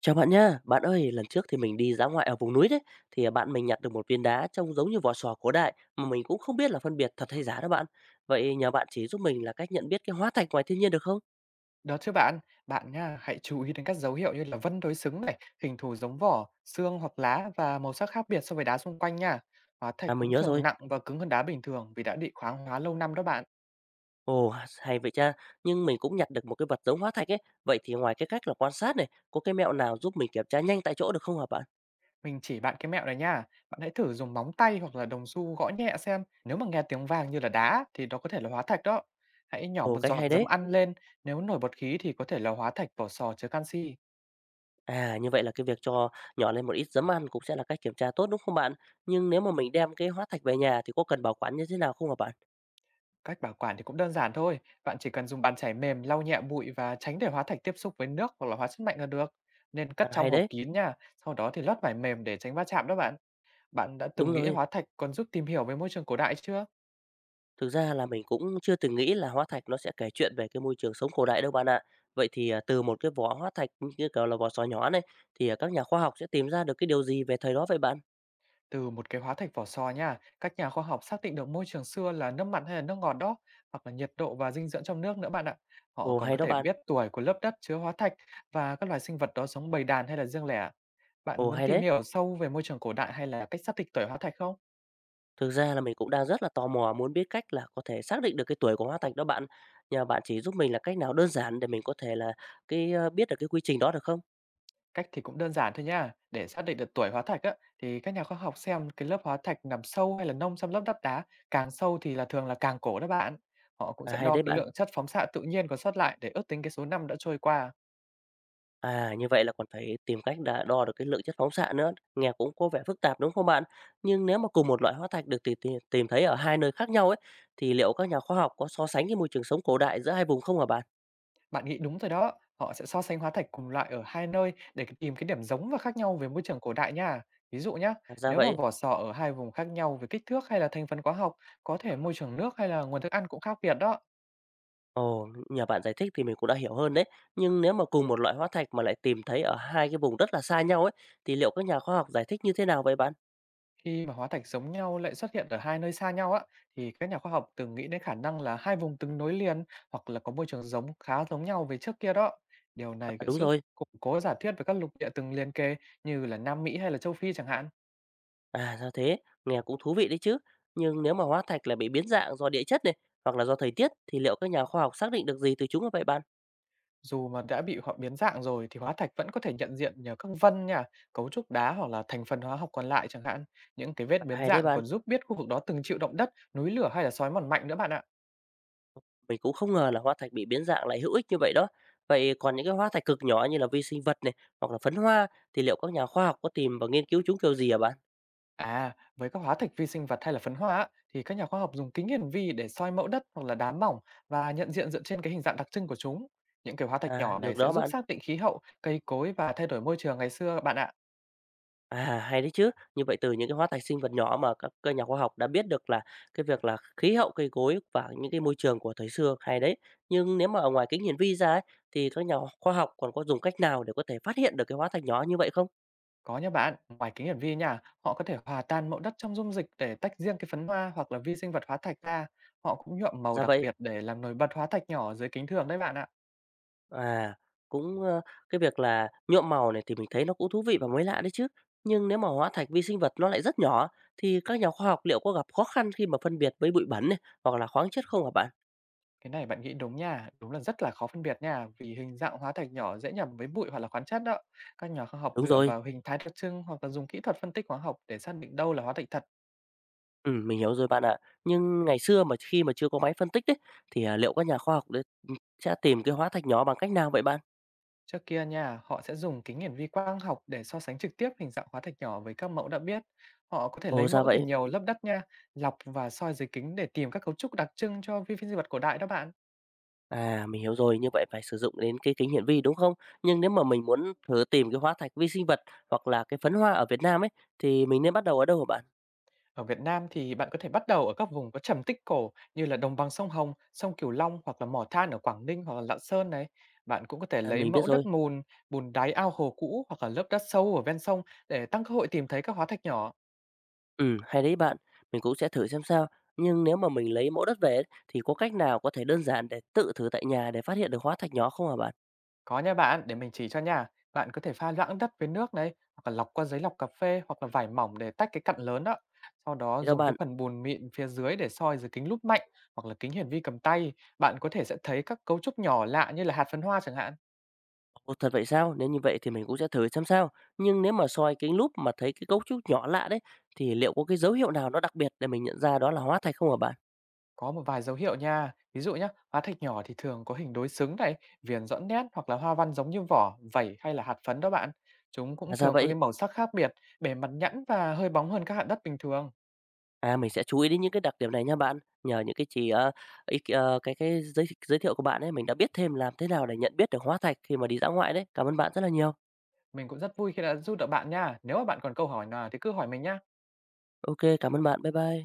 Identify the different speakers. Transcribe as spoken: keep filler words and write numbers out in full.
Speaker 1: Chào bạn nha. Bạn ơi, lần trước thì mình đi dã ngoại ở vùng núi đấy, thì, à, bạn mình nhặt được một viên đá trông giống như vỏ sò cổ đại mà mình cũng không biết là phân biệt thật hay giả đó bạn. Vậy nhờ bạn chỉ giúp mình là cách nhận biết cái hóa thạch ngoài thiên nhiên được không?
Speaker 2: Đó chứ bạn. Bạn nhá, hãy chú ý đến các dấu hiệu như là vân đối xứng này, hình thù giống vỏ, xương hoặc lá và màu sắc khác biệt so với đá xung quanh nha. Hóa thạch
Speaker 1: À, mình
Speaker 2: cũng
Speaker 1: nhớ
Speaker 2: thường
Speaker 1: rồi.
Speaker 2: nặng và cứng hơn đá bình thường vì đã bị khoáng hóa lâu năm đó bạn.
Speaker 1: Ồ, hay vậy cha. Nhưng mình cũng nhặt được một cái vật giống hóa thạch ấy, vậy thì ngoài cái cách là quan sát này, có cái mẹo nào giúp mình kiểm tra nhanh tại chỗ được không hả bạn?
Speaker 2: Mình chỉ bạn cái mẹo này nha. Bạn hãy thử dùng móng tay hoặc là đồng xu gõ nhẹ xem. Nếu mà nghe tiếng vàng như là đá thì đó có thể là hóa thạch đó. Hãy nhỏ
Speaker 1: Ồ,
Speaker 2: một
Speaker 1: cách
Speaker 2: giọt
Speaker 1: hay
Speaker 2: giấm
Speaker 1: đấy.
Speaker 2: ăn lên, nếu nổi bọt khí thì có thể là hóa thạch vỏ sò chứa canxi.
Speaker 1: À, như vậy là cái việc cho nhỏ lên một ít giấm ăn cũng sẽ là cách kiểm tra tốt, đúng không bạn? Nhưng nếu mà mình đem cái hóa thạch về nhà thì có cần bảo quản như thế nào không hả bạn?
Speaker 2: Cách bảo quản thì cũng đơn giản thôi, bạn chỉ cần dùng bàn chải mềm lau nhẹ bụi và tránh để hóa thạch tiếp xúc với nước hoặc là hóa chất mạnh là được. Nên
Speaker 1: À,
Speaker 2: cất trong
Speaker 1: hay
Speaker 2: hộp
Speaker 1: đấy.
Speaker 2: kín nha, sau đó thì lót vải mềm để tránh va chạm đó bạn. Bạn đã
Speaker 1: Đúng
Speaker 2: từng nghĩ
Speaker 1: rồi.
Speaker 2: hóa thạch còn giúp tìm hiểu về môi trường cổ đại chưa?
Speaker 1: Thực ra là mình cũng chưa từng nghĩ là hóa thạch nó sẽ kể chuyện về cái môi trường sống cổ đại đâu bạn ạ. Vậy thì, à, từ một cái vỏ hóa thạch như kiểu là vỏ sò nhỏ này, thì, à, các nhà khoa học sẽ tìm ra được cái điều gì về thời đó vậy bạn?
Speaker 2: Từ một cái hóa thạch vỏ sò nha, các nhà khoa học xác định được môi trường xưa là nước mặn hay là nước ngọt đó, hoặc là nhiệt độ và dinh dưỡng trong nước nữa bạn ạ. Họ
Speaker 1: Ồ,
Speaker 2: còn
Speaker 1: hay
Speaker 2: có
Speaker 1: đó
Speaker 2: thể
Speaker 1: bạn,
Speaker 2: biết tuổi của lớp đất chứa hóa thạch và các loài sinh vật đó sống bầy đàn hay là riêng lẻ. Bạn
Speaker 1: ồ,
Speaker 2: muốn
Speaker 1: hay
Speaker 2: tìm
Speaker 1: đấy.
Speaker 2: hiểu sâu về môi trường cổ đại hay là cách xác định tuổi hóa thạch không?
Speaker 1: Thực ra là mình cũng đang rất là tò mò muốn biết cách là có thể xác định được cái tuổi của hóa thạch đó bạn. Nhà bạn chỉ giúp mình là cách nào đơn giản để mình có thể là cái, a, biết được cái quy trình đó được không?
Speaker 2: Cách thì cũng đơn giản thôi nha. Để xác định được tuổi hóa thạch á, thì các nhà khoa học xem cái lớp hóa thạch nằm sâu hay là nông trong lớp đất đá, càng sâu thì là thường là càng cổ đó bạn. Họ cũng
Speaker 1: À,
Speaker 2: sẽ
Speaker 1: hay
Speaker 2: đo
Speaker 1: đấy
Speaker 2: cái
Speaker 1: bạn.
Speaker 2: lượng chất phóng xạ tự nhiên còn sót lại để ước tính cái số năm đã trôi qua.
Speaker 1: À, như vậy là còn phải tìm cách đà đo được cái lượng chất phóng xạ nữa, nghe cũng có vẻ phức tạp, đúng không bạn? Nhưng nếu mà cùng một loại hóa thạch được tìm tìm tìm thấy ở hai nơi khác nhau ấy, thì liệu các nhà khoa học có so sánh cái môi trường sống cổ đại giữa hai vùng không hả bạn?
Speaker 2: Bạn nghĩ đúng rồi đó, họ sẽ so sánh hóa thạch cùng loại ở hai nơi để tìm cái điểm giống và khác nhau về môi trường cổ đại nha. Ví dụ nhá,
Speaker 1: À, ra
Speaker 2: nếu mà
Speaker 1: vậy.
Speaker 2: vỏ sò ở hai vùng khác nhau về kích thước hay là thành phần hóa học, có thể môi trường nước hay là nguồn thức ăn cũng khác biệt đó.
Speaker 1: Ồ, nhờ bạn giải thích thì mình cũng đã hiểu hơn đấy. Nhưng nếu mà cùng một loại hóa thạch mà lại tìm thấy ở hai cái vùng rất là xa nhau ấy, thì liệu các nhà khoa học giải thích như thế nào vậy bạn?
Speaker 2: Khi mà hóa thạch giống nhau lại xuất hiện ở hai nơi xa nhau á, thì các nhà khoa học từng nghĩ đến khả năng là hai vùng từng nối liền hoặc là có môi trường giống khá giống nhau với trước kia đó. Điều này
Speaker 1: À,
Speaker 2: cũng
Speaker 1: đúng
Speaker 2: giúp
Speaker 1: rồi.
Speaker 2: củng cố giả thuyết về các lục địa từng liền kề như là Nam Mỹ hay là châu Phi chẳng hạn.
Speaker 1: À, ra thế, nghe cũng thú vị đấy chứ. Nhưng nếu mà hóa thạch là bị biến dạng do địa chất này hoặc là do thời tiết thì liệu các nhà khoa học xác định được gì từ chúng hả vậy bạn?
Speaker 2: Dù mà đã bị họ biến dạng rồi thì hóa thạch vẫn có thể nhận diện nhờ các vân nha, cấu trúc đá hoặc là thành phần hóa học còn lại chẳng hạn. Những cái vết
Speaker 1: À,
Speaker 2: biến
Speaker 1: hay đấy
Speaker 2: dạng
Speaker 1: bạn,
Speaker 2: còn giúp biết khu vực đó từng chịu động đất, núi lửa hay là xói mòn mạnh nữa bạn ạ.
Speaker 1: mình cũng không ngờ là hóa thạch bị biến dạng lại hữu ích như vậy đó. Vậy còn những cái hóa thạch cực nhỏ như là vi sinh vật này hoặc là phấn hoa thì liệu các nhà khoa học có tìm và nghiên cứu chúng kiểu gì hả bạn?
Speaker 2: À, với các hóa thạch vi sinh vật hay là phấn hoa á, thì các nhà khoa học dùng kính hiển vi để soi mẫu đất hoặc là đá mỏng và nhận diện dựa trên cái hình dạng đặc trưng của chúng. Những cái hóa thạch
Speaker 1: À,
Speaker 2: nhỏ này
Speaker 1: được
Speaker 2: sẽ
Speaker 1: đó
Speaker 2: giúp
Speaker 1: bạn.
Speaker 2: xác định khí hậu, cây cối và thay đổi môi trường ngày xưa bạn ạ.
Speaker 1: À, hay đấy chứ. Như vậy từ những cái hóa thạch sinh vật nhỏ mà các các nhà khoa học đã biết được là cái việc là khí hậu cây cối và những cái môi trường của thời xưa, hay đấy. Nhưng nếu mà ở ngoài kính hiển vi ra ấy, thì các nhà khoa học còn có dùng cách nào để có thể phát hiện được cái hóa thạch nhỏ như vậy không?
Speaker 2: Có nha bạn, ngoài kính hiển vi nha, họ có thể hòa tan mẫu đất trong dung dịch để tách riêng cái phấn hoa hoặc là vi sinh vật hóa thạch ra. Họ cũng nhuộm màu
Speaker 1: Dạ
Speaker 2: đặc
Speaker 1: vậy.
Speaker 2: biệt để làm nổi bật hóa thạch nhỏ dưới kính thường đấy bạn ạ.
Speaker 1: À, cũng ờ, cái việc là nhuộm màu này thì mình thấy nó cũng thú vị và mới lạ đấy chứ. Nhưng nếu mà hóa thạch vi sinh vật nó lại rất nhỏ thì các nhà khoa học liệu có gặp khó khăn khi mà phân biệt với bụi bẩn này hoặc là khoáng chất không hả bạn?
Speaker 2: Cái này bạn nghĩ đúng nha, đúng là rất là khó phân biệt nha, vì hình dạng hóa thạch nhỏ dễ nhầm với bụi hoặc là khoáng chất đó. Các nhà khoa học
Speaker 1: Đúng
Speaker 2: dựa
Speaker 1: rồi.
Speaker 2: vào hình thái đặc trưng hoặc là dùng kỹ thuật phân tích hóa học để xác định đâu là hóa thạch thật.
Speaker 1: Ừ mình hiểu rồi bạn ạ. Nhưng ngày xưa mà khi mà chưa có máy phân tích đấy, thì, à, liệu các nhà khoa học đấy, ừm, sẽ tìm cái hóa thạch nhỏ bằng cách nào vậy bạn?
Speaker 2: Trước kia nha, họ sẽ dùng kính hiển vi quang học để so sánh trực tiếp hình dạng hóa thạch nhỏ với các mẫu đã biết. Họ có thể lấy
Speaker 1: Ồ, ra
Speaker 2: mẫu từ
Speaker 1: vậy.
Speaker 2: nhiều lớp đất nha, lọc và soi dưới kính để tìm các cấu trúc đặc trưng cho vi vi sinh vật cổ đại đó bạn.
Speaker 1: À, mình hiểu rồi, như vậy phải sử dụng đến cái kính hiển vi, đúng không? Nhưng nếu mà mình muốn thử tìm cái hóa thạch vi sinh vật hoặc là cái phấn hoa ở Việt Nam ấy, thì mình nên bắt đầu ở đâu hả bạn?
Speaker 2: Ở Việt Nam thì bạn có thể bắt đầu ở các vùng có trầm tích cổ như là đồng bằng sông Hồng, sông Cửu Long hoặc là mỏ than ở Quảng Ninh hoặc là Lạng Sơn này. Bạn cũng có thể
Speaker 1: À,
Speaker 2: lấy
Speaker 1: mình biết
Speaker 2: mẫu
Speaker 1: rồi.
Speaker 2: đất mùn, bùn đáy ao hồ cũ hoặc là lớp đất sâu ở ven sông để tăng cơ hội tìm thấy các hóa thạch nhỏ.
Speaker 1: Ừ hay đấy bạn, mình cũng sẽ thử xem sao. Nhưng nếu mà mình lấy mẫu đất về ấy, thì có cách nào có thể đơn giản để tự thử tại nhà để phát hiện được hóa thạch nhỏ không hả bạn?
Speaker 2: Có nha bạn, để mình chỉ cho nha. Bạn có thể pha loãng đất với nước này hoặc là lọc qua giấy lọc cà phê hoặc là vải mỏng để tách cái cặn lớn đó. Sau đó
Speaker 1: Thì theo
Speaker 2: dùng
Speaker 1: bạn,
Speaker 2: cái phần bùn mịn phía dưới để soi dưới kính lúp mạnh hoặc là kính hiển vi cầm tay. Bạn có thể sẽ thấy các cấu trúc nhỏ lạ như là hạt phấn hoa chẳng hạn.
Speaker 1: ồ, thật vậy sao? Nếu như vậy thì mình cũng sẽ thử xem sao. Nhưng nếu mà soi kính lúp mà thấy cái cấu trúc nhỏ lạ đấy, thì liệu có cái dấu hiệu nào nó đặc biệt để mình nhận ra đó là hóa thạch không hả bạn?
Speaker 2: Có một vài dấu hiệu nha. Ví dụ nhé, hóa thạch nhỏ thì thường có hình đối xứng này, viền rõ nét hoặc là hoa văn giống như vỏ, vảy hay là hạt phấn đó bạn. Chúng cũng
Speaker 1: À, ra
Speaker 2: thường có
Speaker 1: vậy.
Speaker 2: cái màu sắc khác biệt, bề mặt nhẵn và hơi bóng hơn các hạt đất bình thường.
Speaker 1: À, mình sẽ chú ý đến những cái đặc điểm này nha bạn. Nhờ những cái chỉ ờ, ý, ờ, cái cái giới giới thiệu của bạn ấy, mình đã biết thêm làm thế nào để nhận biết được hóa thạch khi mà đi dã ngoại đấy. Cảm ơn bạn rất là nhiều.
Speaker 2: Mình cũng rất vui khi đã giúp được bạn nha. Nếu mà bạn còn câu hỏi nào thì cứ hỏi mình nhá.
Speaker 1: Ok, cảm ơn bạn. Bye bye.